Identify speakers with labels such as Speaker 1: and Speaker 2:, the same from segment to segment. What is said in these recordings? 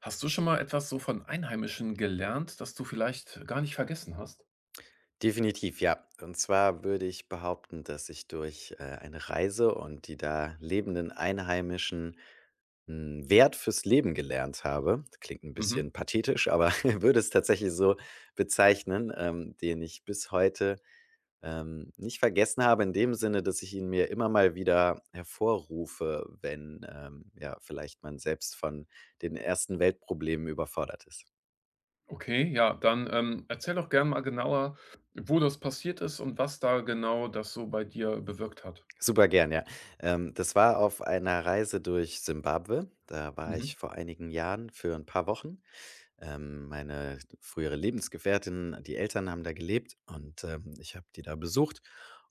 Speaker 1: Hast du schon mal etwas so von Einheimischen gelernt, das du vielleicht gar nicht vergessen hast?
Speaker 2: Definitiv, ja. Und zwar würde ich behaupten, dass ich durch, eine Reise und die da lebenden Einheimischen 'n Wert fürs Leben gelernt habe. Klingt ein
Speaker 1: Mhm.
Speaker 2: bisschen pathetisch, aber würde es tatsächlich so bezeichnen, den ich bis heute, nicht vergessen habe in dem Sinne, dass ich ihn mir immer mal wieder hervorrufe, wenn, ja, vielleicht man selbst von den ersten Weltproblemen überfordert ist.
Speaker 1: Okay, ja, dann erzähl doch gern mal genauer, wo das passiert ist und was da genau das so bei dir bewirkt hat.
Speaker 2: Super gern, ja. Das war auf einer Reise durch Simbabwe. Da war
Speaker 1: Mhm.
Speaker 2: ich vor einigen Jahren für ein paar Wochen. Meine frühere Lebensgefährtin, die Eltern haben da gelebt, und, ich habe die da besucht,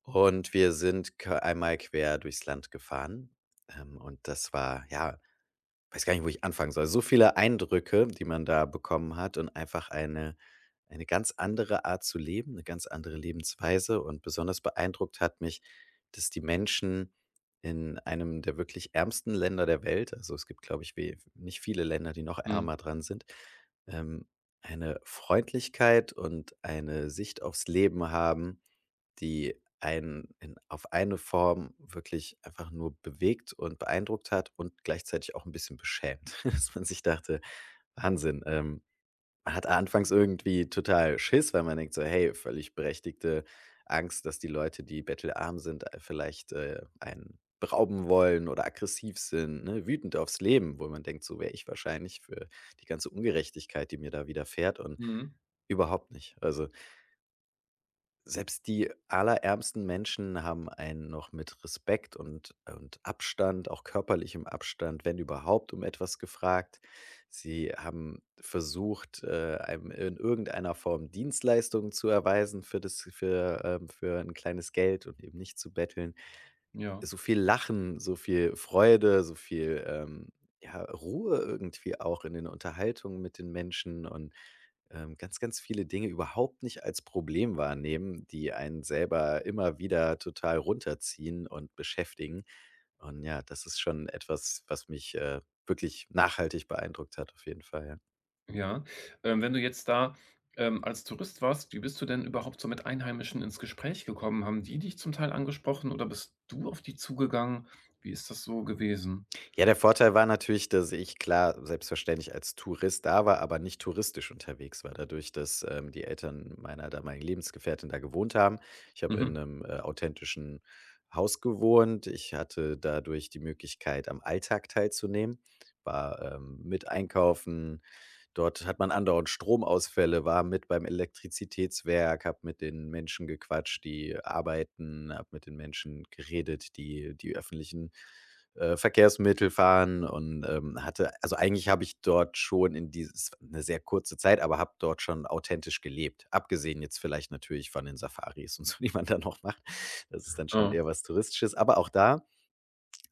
Speaker 2: und wir sind k einmal quer durchs Land gefahren. Und das war, ja, weiß gar nicht, wo ich anfangen soll. So viele Eindrücke, die man da bekommen hat, und einfach eine ganz andere Art zu leben, eine ganz andere Lebensweise. Und besonders beeindruckt hat mich, dass die Menschen in einem der wirklich ärmsten Länder der Welt, also, es gibt, glaube ich, we nicht viele Länder, die noch
Speaker 1: Mhm.
Speaker 2: ärmer dran sind, ähm, eine Freundlichkeit und eine Sicht aufs Leben haben, die einen in auf eine Form wirklich einfach nur bewegt und beeindruckt hat und gleichzeitig auch ein bisschen beschämt, dass man sich dachte: „Wahnsinn.“ Man hat anfangs irgendwie total Schiss, weil man denkt so: „Hey, völlig berechtigte Angst, dass die Leute, die bettelarm sind, vielleicht, einen berauben wollen oder aggressiv sind“, ne, wütend aufs Leben, wo man denkt, so wäre ich wahrscheinlich für die ganze Ungerechtigkeit, die mir da widerfährt, und
Speaker 1: Mhm.
Speaker 2: überhaupt nicht. Also selbst die allerärmsten Menschen haben einen noch mit Respekt und Abstand, auch körperlichem Abstand, wenn überhaupt, um etwas gefragt. Sie haben versucht, einem in irgendeiner Form Dienstleistungen zu erweisen für für ein kleines Geld und eben nicht zu betteln.
Speaker 1: Ja,
Speaker 2: So viel Lachen, so viel Freude, so viel, ja, Ruhe irgendwie auch in den Unterhaltungen mit den Menschen, und ganz, ganz viele Dinge überhaupt nicht als Problem wahrnehmen, die einen selber immer wieder total runterziehen und beschäftigen. Und ja, das ist schon etwas, was mich wirklich nachhaltig beeindruckt hat, auf jeden Fall, ja.
Speaker 1: ja. Wenn du jetzt da als Tourist warst, wie bist du denn überhaupt so mit Einheimischen ins Gespräch gekommen? Haben die dich zum Teil angesprochen oder bist du auf die zugegangen? Wie ist das so gewesen?
Speaker 2: Ja, der Vorteil war natürlich, dass ich klar selbstverständlich als Tourist da war, aber nicht touristisch unterwegs war. Dadurch, dass, die Eltern meiner damaligen Lebensgefährtin da gewohnt haben. Ich habe
Speaker 1: Mhm.
Speaker 2: in einem authentischen Haus gewohnt. Ich hatte dadurch die Möglichkeit, am Alltag teilzunehmen, war, mit einkaufen. Dort hat man andauernd Stromausfälle, war mit beim Elektrizitätswerk, habe mit den Menschen gequatscht, die arbeiten, habe mit den Menschen geredet, die die öffentlichen, Verkehrsmittel fahren, und, hatte also, eigentlich habe ich dort schon in dieses eine sehr kurze Zeit, aber habe dort schon authentisch gelebt. Abgesehen jetzt vielleicht natürlich von den Safaris und so, die man da noch macht. Das ist dann schon
Speaker 1: Ja.
Speaker 2: eher was Touristisches, aber auch da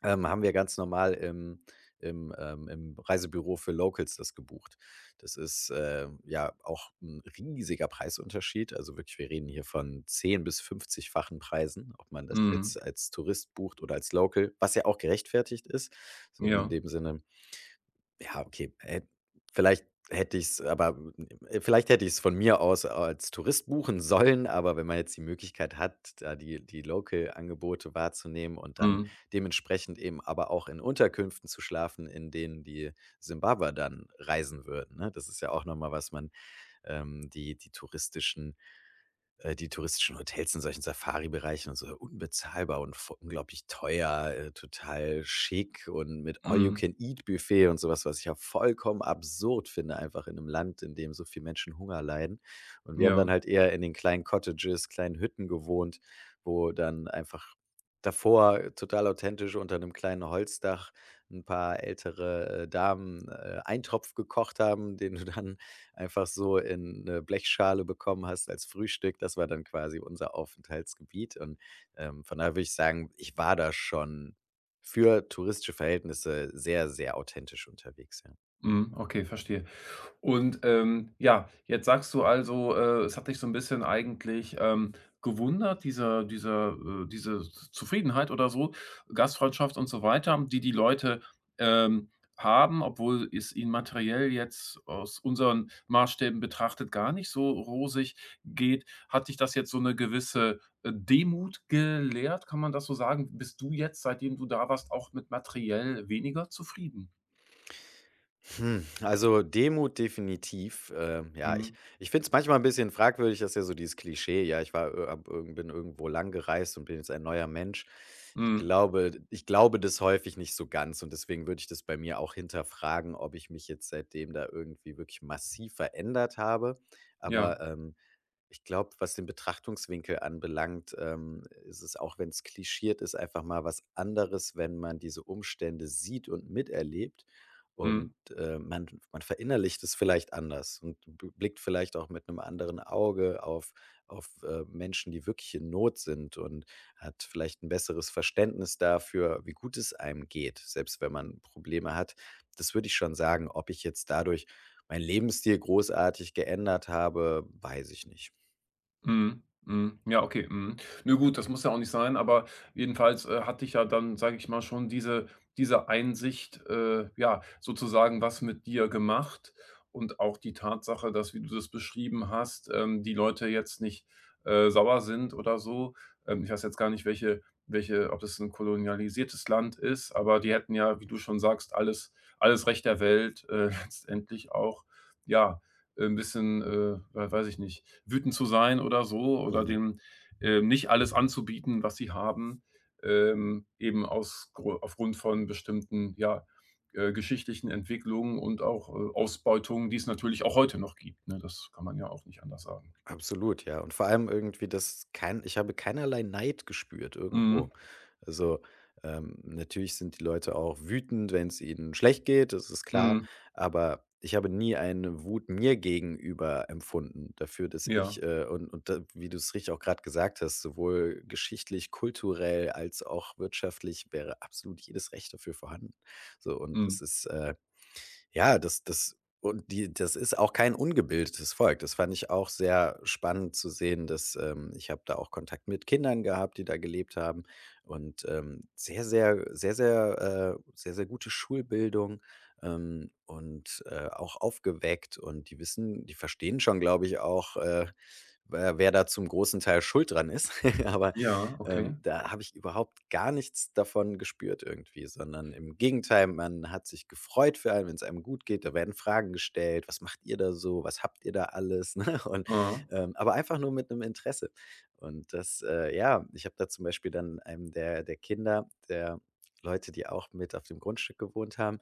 Speaker 2: haben wir ganz normal im im Reisebüro für Locals das gebucht. Das ist, ja auch ein riesiger Preisunterschied. Also wirklich, wir reden hier von 10- bis 50-fachen Preisen, ob man das jetzt
Speaker 1: Mhm.
Speaker 2: als Tourist bucht oder als Local, was ja auch gerechtfertigt ist. Deswegen in
Speaker 1: Ja.
Speaker 2: dem Sinne, ja, okay. Hä Vielleicht hätte ich es, aber vielleicht hätte ich es von mir aus als Tourist buchen sollen, aber wenn man jetzt die Möglichkeit hat, da die Local-Angebote wahrzunehmen und dann
Speaker 1: Mhm.
Speaker 2: dementsprechend eben aber auch in Unterkünften zu schlafen, in denen die Simbabwer dann reisen würden, ne? Das ist ja auch noch mal, was man, ähm, die die touristischen die touristischen Hotels in solchen Safari-Bereichen und so unbezahlbar und v unglaublich teuer, total schick und mit
Speaker 1: Mhm.
Speaker 2: All-You-Can-Eat-Buffet und sowas, was ich ja vollkommen absurd finde, einfach in einem Land, in dem so viele Menschen Hunger leiden. Und wir haben dann
Speaker 1: Ja.
Speaker 2: halt eher in den kleinen Cottages, kleinen Hütten gewohnt, wo dann einfach davor total authentisch unter einem kleinen Holzdach ein paar ältere, Damen, Eintopf gekocht haben, den du dann einfach so in 'ne Blechschale bekommen hast als Frühstück. Das war dann quasi unser Aufenthaltsgebiet, und, von daher würde ich sagen, ich war da schon für touristische Verhältnisse sehr, sehr authentisch unterwegs, ja.
Speaker 1: Mhm, okay, verstehe. Und, ja, jetzt sagst du also, es hat dich so ein bisschen eigentlich, gewundert, diese Zufriedenheit oder so, Gastfreundschaft und so weiter, die die Leute, ähm, haben, obwohl es ihnen materiell jetzt aus unseren Maßstäben betrachtet gar nicht so rosig geht. Hat dich das jetzt so eine gewisse, Demut gelehrt? Kann man das so sagen? Bist du jetzt, seitdem du da warst, auch mit materiell weniger zufrieden?
Speaker 2: Also Demut definitiv. Ja, ich
Speaker 1: Mhm,
Speaker 2: ich finde es manchmal ein bisschen fragwürdig, dass ja so dieses Klischee: „Ja, ich war, habe irgend bin irgendwo lang gereist und bin jetzt ein neuer Mensch.“ Ich
Speaker 1: mhm.
Speaker 2: glaube ich glaube das häufig nicht so ganz, und deswegen würde ich das bei mir auch hinterfragen, ob ich mich jetzt seitdem da irgendwie wirklich massiv verändert habe.
Speaker 1: Ja,
Speaker 2: Aber, ich glaube, was den Betrachtungswinkel anbelangt, ist es, auch wenn es klischiert ist, einfach mal was anderes, wenn man diese Umstände sieht und miterlebt. Und,
Speaker 1: mhm.
Speaker 2: man verinnerlicht es vielleicht anders und b blickt vielleicht auch mit einem anderen Auge auf Menschen, die wirklich in Not sind, und hat vielleicht ein besseres Verständnis dafür, wie gut es einem geht, selbst wenn man Probleme hat. Das würde ich schon sagen. Ob ich jetzt dadurch meinen Lebensstil großartig geändert habe, weiß ich nicht.
Speaker 1: Mhm, mhm. Ja, okay, mhm. Ne, gut, das muss ja auch nicht sein, aber jedenfalls, hat dich ja dann, sage ich mal, schon diese Einsicht, ja, sozusagen was mit dir gemacht und auch die Tatsache, dass, wie du das beschrieben hast, die Leute jetzt nicht, sauer sind oder so. Ich weiß jetzt gar nicht, welche ob das ein kolonialisiertes Land ist, aber die hätten ja, wie du schon sagst, alles Recht der Welt, letztendlich auch, ja, ein bisschen, weiß ich nicht, wütend zu sein oder so oder
Speaker 2: Mhm.
Speaker 1: dem, nicht alles anzubieten, was sie haben, eben aus Gru aufgrund von bestimmten, ja, geschichtlichen Entwicklungen und auch, Ausbeutungen, die es natürlich auch heute noch gibt, ne? Das kann man ja auch nicht anders sagen.
Speaker 2: Absolut, ja. Und vor allem irgendwie, das kein ich habe keinerlei Neid gespürt
Speaker 1: Mhm,
Speaker 2: irgendwo. Also, natürlich sind die Leute auch wütend, wenn es ihnen schlecht geht, das ist klar,
Speaker 1: mhm,
Speaker 2: aber ich habe nie eine Wut mir gegenüber empfunden dafür, dass ich,
Speaker 1: ja,
Speaker 2: da, wie du es richtig auch gerade gesagt hast, sowohl geschichtlich, kulturell als auch wirtschaftlich wäre absolut jedes Recht dafür vorhanden. So, und
Speaker 1: mhm.
Speaker 2: das ist, Ja, das das und die das ist auch kein ungebildetes Volk. Das fand ich auch sehr spannend zu sehen, dass, ich habe da auch Kontakt mit Kindern gehabt, die da gelebt haben, und, sehr, sehr, sehr, sehr, sehr, sehr gute Schulbildung, und, auch aufgeweckt, und die verstehen schon, glaube ich, auch, wer da zum großen Teil schuld dran ist, aber,
Speaker 1: Ja, okay.
Speaker 2: da habe ich überhaupt gar nichts davon gespürt irgendwie, sondern im Gegenteil, man hat sich gefreut für einen, wenn es einem gut geht. Da werden Fragen gestellt: „Was macht ihr da so? Was habt ihr da alles?“, ne? Und,
Speaker 1: Mhm,
Speaker 2: aber einfach nur mit einem Interesse. Und das, ja, ich habe da zum Beispiel dann einem der Kinder der Leute, die auch mit auf dem Grundstück gewohnt haben,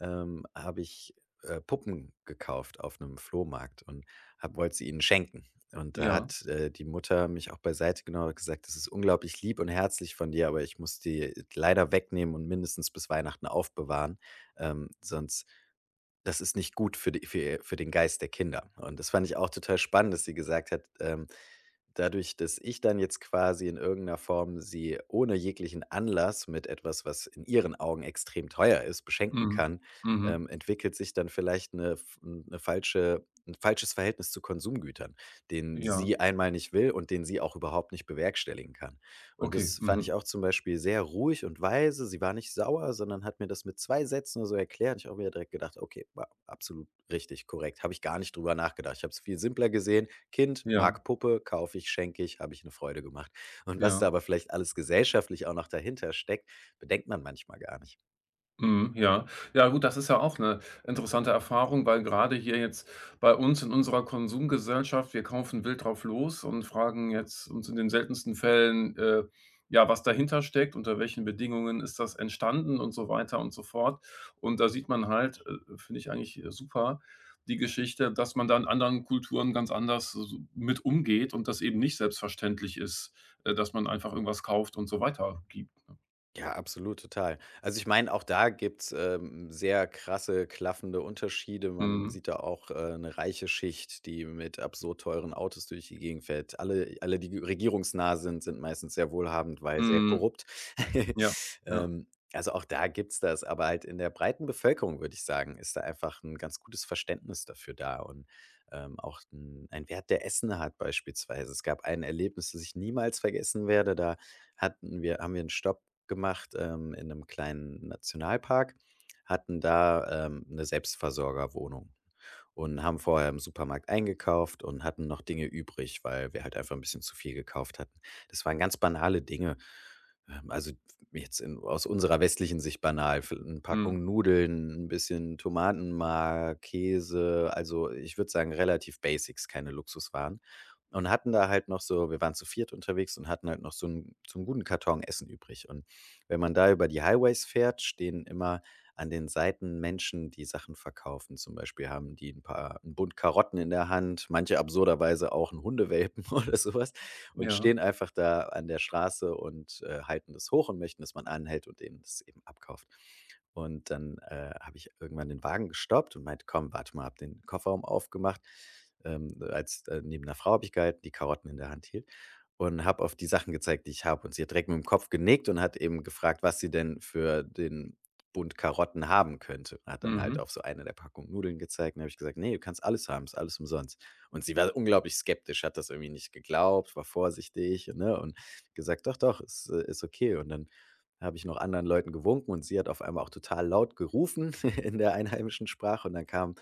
Speaker 2: habe ich, Puppen gekauft auf einem Flohmarkt, und habe wollte sie ihnen schenken. Und da
Speaker 1: ja,
Speaker 2: hat, die Mutter mich auch beiseite genommen und gesagt: „Das ist unglaublich lieb und herzlich von dir, aber ich muss die leider wegnehmen und mindestens bis Weihnachten aufbewahren, sonst, das ist nicht gut für für den Geist der Kinder.“ Und das fand ich auch total spannend, dass sie gesagt hat: Dadurch, dass ich dann jetzt quasi in irgendeiner Form sie ohne jeglichen Anlass mit etwas, was in ihren Augen extrem teuer ist, beschenken
Speaker 1: mhm,
Speaker 2: kann,
Speaker 1: mhm,
Speaker 2: entwickelt sich dann vielleicht ein falsches Verhältnis zu Konsumgütern, den
Speaker 1: ja,
Speaker 2: sie einmal nicht will und den sie auch überhaupt nicht bewerkstelligen kann. Und
Speaker 1: okay,
Speaker 2: das fand ich
Speaker 1: mhm,
Speaker 2: auch zum Beispiel sehr ruhig und weise. Sie war nicht sauer, sondern hat mir das mit 2 Sätzen oder so erklärt. Ich habe mir direkt gedacht: „Okay, war absolut richtig, korrekt.“ Habe ich gar nicht drüber nachgedacht. Ich habe es viel simpler gesehen: Kind
Speaker 1: ja,
Speaker 2: mag Puppe, kaufe ich, schenke ich, habe ich eine Freude gemacht. Und was da
Speaker 1: ja.
Speaker 2: aber vielleicht alles gesellschaftlich auch noch dahinter steckt, bedenkt man manchmal gar nicht.
Speaker 1: Mhm, ja. Ja gut, das ist ja auch eine interessante Erfahrung, weil gerade hier jetzt bei uns in unserer Konsumgesellschaft wir kaufen wild drauf los und fragen jetzt uns in den seltensten Fällen, ja, was dahinter steckt, unter welchen Bedingungen ist das entstanden und so weiter und so fort. Und da sieht man halt, finde ich eigentlich, super, die Geschichte, dass man da in anderen Kulturen ganz anders s mit umgeht und das eben nicht selbstverständlich ist, dass man einfach irgendwas kauft und so weiter gibt, ne?
Speaker 2: Ja, absolut, total. Also, ich meine, auch da gibt's, sehr krasse, klaffende Unterschiede. Man
Speaker 1: Mhm.
Speaker 2: sieht da auch, 'ne reiche Schicht, die mit absurd teuren Autos durch die Gegend fährt. Alle, die regierungsnah sind, sind meistens sehr wohlhabend, weil sehr
Speaker 1: Mhm.
Speaker 2: korrupt.
Speaker 1: Ja, ja.
Speaker 2: Also, auch da gibt's das, aber halt in der breiten Bevölkerung, würde ich sagen, ist da einfach ein ganz gutes Verständnis dafür da, und, auch 'n ein Wert, der Essen hat beispielsweise. Es gab ein Erlebnis, das ich niemals vergessen werde. Da hatten wir haben wir einen Stopp gemacht, in einem kleinen Nationalpark, hatten da, 'ne Selbstversorgerwohnung, und haben vorher im Supermarkt eingekauft und hatten noch Dinge übrig, weil wir halt einfach ein bisschen zu viel gekauft hatten. Das waren ganz banale Dinge. Also, jetzt in aus unserer westlichen Sicht banal, v 'n
Speaker 1: Mhm.
Speaker 2: Packung Nudeln, ein bisschen Tomatenmark, Käse, also, ich würde sagen, relativ Basics, keine Luxuswaren. Und hatten da halt noch wir waren zu viert unterwegs und hatten halt noch so 'n guten Karton Essen übrig. Und wenn man da über die Highways fährt, stehen immer an den Seiten Menschen, die Sachen verkaufen. Zum Beispiel haben die ein paar 'n Bund Karotten in der Hand, manche absurderweise auch 'n Hundewelpen oder sowas und
Speaker 1: Ja.
Speaker 2: stehen einfach da an der Straße und, halten das hoch und möchten, dass man anhält und denen das eben abkauft. Und dann, habe ich irgendwann den Wagen gestoppt und meinte: „Komm, warte mal“, habe den Kofferraum aufgemacht, als neben 'ner Frau habe ich gehalten, die Karotten in der Hand hielt, und habe auf die Sachen gezeigt, die ich habe. Und sie hat direkt mit dem Kopf genickt und hat eben gefragt, was sie denn für den bunt Karotten haben könnte. Hat dann halt
Speaker 1: Mhm.
Speaker 2: auf so eine der Packung Nudeln gezeigt und habe ich gesagt: nee, du kannst alles haben, ist alles umsonst.“ Und sie war unglaublich skeptisch, hat das irgendwie nicht geglaubt, war vorsichtig, ne, und gesagt: „Doch, doch, ist, ist okay.“ Und dann habe ich noch anderen Leuten gewunken, und sie hat auf einmal auch total laut gerufen in der einheimischen Sprache, und dann kam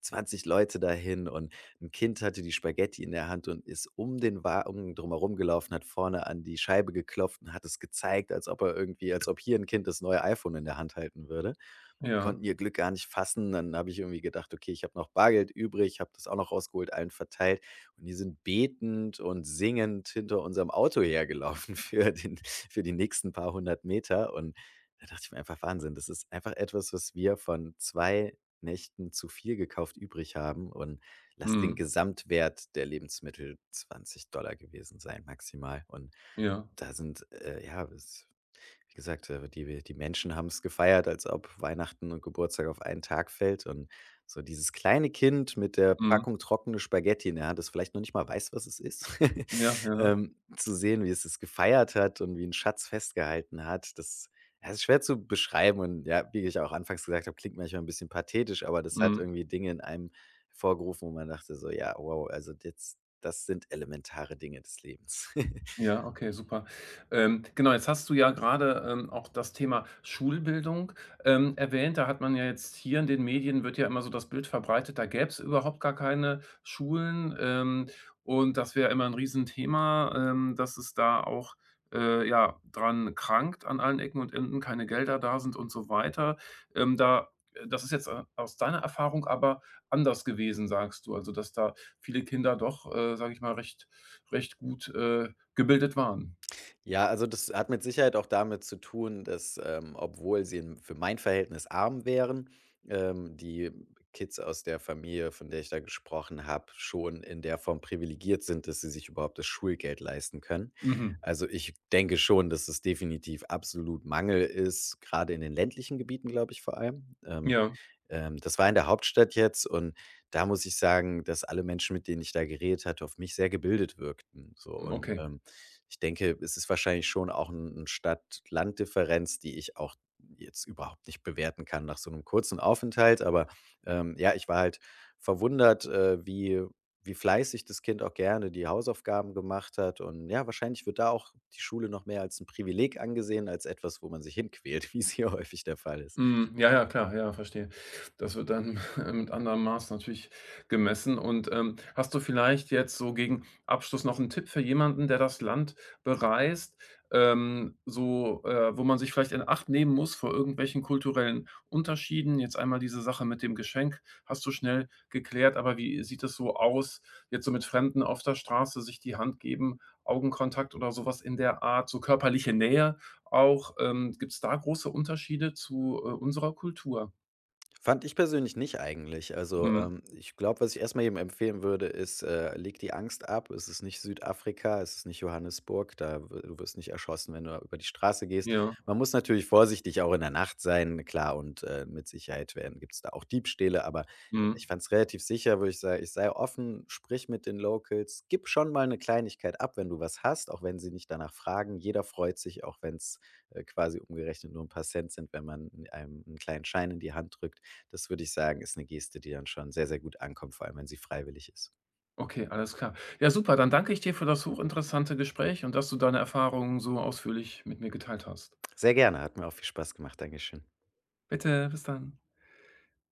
Speaker 2: 20 Leute dahin, und ein Kind hatte die Spaghetti in der Hand und ist um den Wagen drumherum gelaufen, hat vorne an die Scheibe geklopft und hat es gezeigt, als ob er irgendwie, als ob hier ein Kind das neue iPhone in der Hand halten würde.
Speaker 1: Ja.
Speaker 2: Konnten ihr Glück gar nicht fassen. Dann habe ich irgendwie gedacht: „Okay, ich habe noch Bargeld übrig“, habe das auch noch rausgeholt, allen verteilt. Und die sind betend und singend hinter unserem Auto hergelaufen für die nächsten paar hundert Meter. Und da dachte ich mir einfach: „Wahnsinn, das ist einfach etwas, was wir von 2 Nächten zu viel gekauft übrig haben“, und lass den
Speaker 1: Mhm.
Speaker 2: Gesamtwert der Lebensmittel 20 Dollar gewesen sein, maximal. Und
Speaker 1: Ja.
Speaker 2: da sind, ja, wie gesagt, die Menschen haben es gefeiert, als ob Weihnachten und Geburtstag auf einen Tag fällt, und so dieses kleine Kind mit der
Speaker 1: Mhm.
Speaker 2: Packung trockene Spaghetti in der Hand, das vielleicht noch nicht mal weiß, was es ist,
Speaker 1: Ja, ja.
Speaker 2: zu sehen, wie es es gefeiert hat und wie ein Schatz festgehalten hat, das, ja, ist schwer zu beschreiben. Und ja, wie ich auch anfangs gesagt habe, klingt manchmal ein bisschen pathetisch, aber das hat
Speaker 1: Mhm.
Speaker 2: irgendwie Dinge in einem hervorgerufen, wo man dachte so: „Ja, wow, also jetzt das sind elementare Dinge des Lebens.“
Speaker 1: Ja, okay, super. Genau, jetzt hast du ja gerade auch das Thema Schulbildung, erwähnt. Da hat man ja jetzt hier in den Medien wird ja immer so das Bild verbreitet, da gäbe es überhaupt gar keine Schulen, und das wäre immer ein Riesenthema, dass es da auch, ja, dran krankt an allen Ecken und Enden, keine Gelder da sind und so weiter. Da Das ist jetzt, aus deiner Erfahrung aber anders gewesen, sagst du, also, dass da viele Kinder doch, sage ich mal, recht gut, gebildet waren.
Speaker 2: Ja, also das hat mit Sicherheit auch damit zu tun, dass, obwohl sie in für mein Verhältnis arm wären, die Kids aus der Familie, von der ich da gesprochen habe, schon in der Form privilegiert sind, dass sie sich überhaupt das Schulgeld leisten können.
Speaker 1: Mhm.
Speaker 2: Also, ich denke schon, dass es definitiv absolut Mangel ist, gerade in den ländlichen Gebieten, glaube ich, vor allem.
Speaker 1: Ja,
Speaker 2: Das war in der Hauptstadt jetzt, und da muss ich sagen, dass alle Menschen, mit denen ich da geredet hatte, auf mich sehr gebildet wirkten. So, und,
Speaker 1: okay.
Speaker 2: ich denke, es ist wahrscheinlich schon auch eine Stadt-Land-Differenz, die ich auch jetzt überhaupt nicht bewerten kann nach so einem kurzen Aufenthalt. Aber, ja, ich war halt verwundert, wie fleißig das Kind auch gerne die Hausaufgaben gemacht hat. Und ja, wahrscheinlich wird da auch die Schule noch mehr als ein Privileg angesehen, als etwas, wo man sich hinquält, wie es hier häufig der Fall ist.
Speaker 1: Mhm. Ja, ja, klar, ja, verstehe. Das wird dann mit anderem Maß natürlich gemessen und, hast du vielleicht jetzt so gegen Abschluss noch einen Tipp für jemanden, der das Land bereist, so, wo man sich vielleicht in Acht nehmen muss vor irgendwelchen kulturellen Unterschieden? Jetzt einmal diese Sache mit dem Geschenk hast du schnell geklärt, aber wie sieht es so aus, jetzt so mit Fremden auf der Straße sich die Hand geben, Augenkontakt oder sowas in der Art, so körperliche Nähe? Auch, gibt's da große Unterschiede zu, unserer Kultur?
Speaker 2: Fand ich persönlich nicht eigentlich. Also,
Speaker 1: Mhm.
Speaker 2: ich glaube, was ich erstmal jedem empfehlen würde, ist, leg die Angst ab. Es ist nicht Südafrika, es ist nicht Johannesburg, da w du wirst nicht erschossen, wenn du über die Straße gehst.
Speaker 1: Ja.
Speaker 2: Man muss natürlich vorsichtig auch in der Nacht sein, klar, und, mit Sicherheit werden gibt es da auch Diebstähle, aber
Speaker 1: Mhm.
Speaker 2: ich fand es relativ sicher, würde ich sa ich sei offen, sprich mit den Locals, gib schon mal eine Kleinigkeit ab, wenn du was hast, auch wenn sie nicht danach fragen. Jeder freut sich, auch wenn's, quasi umgerechnet nur ein paar Cent sind, wenn man einem 'n kleinen Schein in die Hand drückt. Das würde ich sagen, ist eine Geste, die dann schon sehr, sehr gut ankommt, vor allem wenn sie freiwillig ist.
Speaker 1: Okay, alles klar. Ja, super, dann danke ich dir für das hochinteressante Gespräch und dass du deine Erfahrungen so ausführlich mit mir geteilt hast.
Speaker 2: Sehr gerne, hat mir auch viel Spaß gemacht. Dankeschön.
Speaker 1: Bitte, bis dann.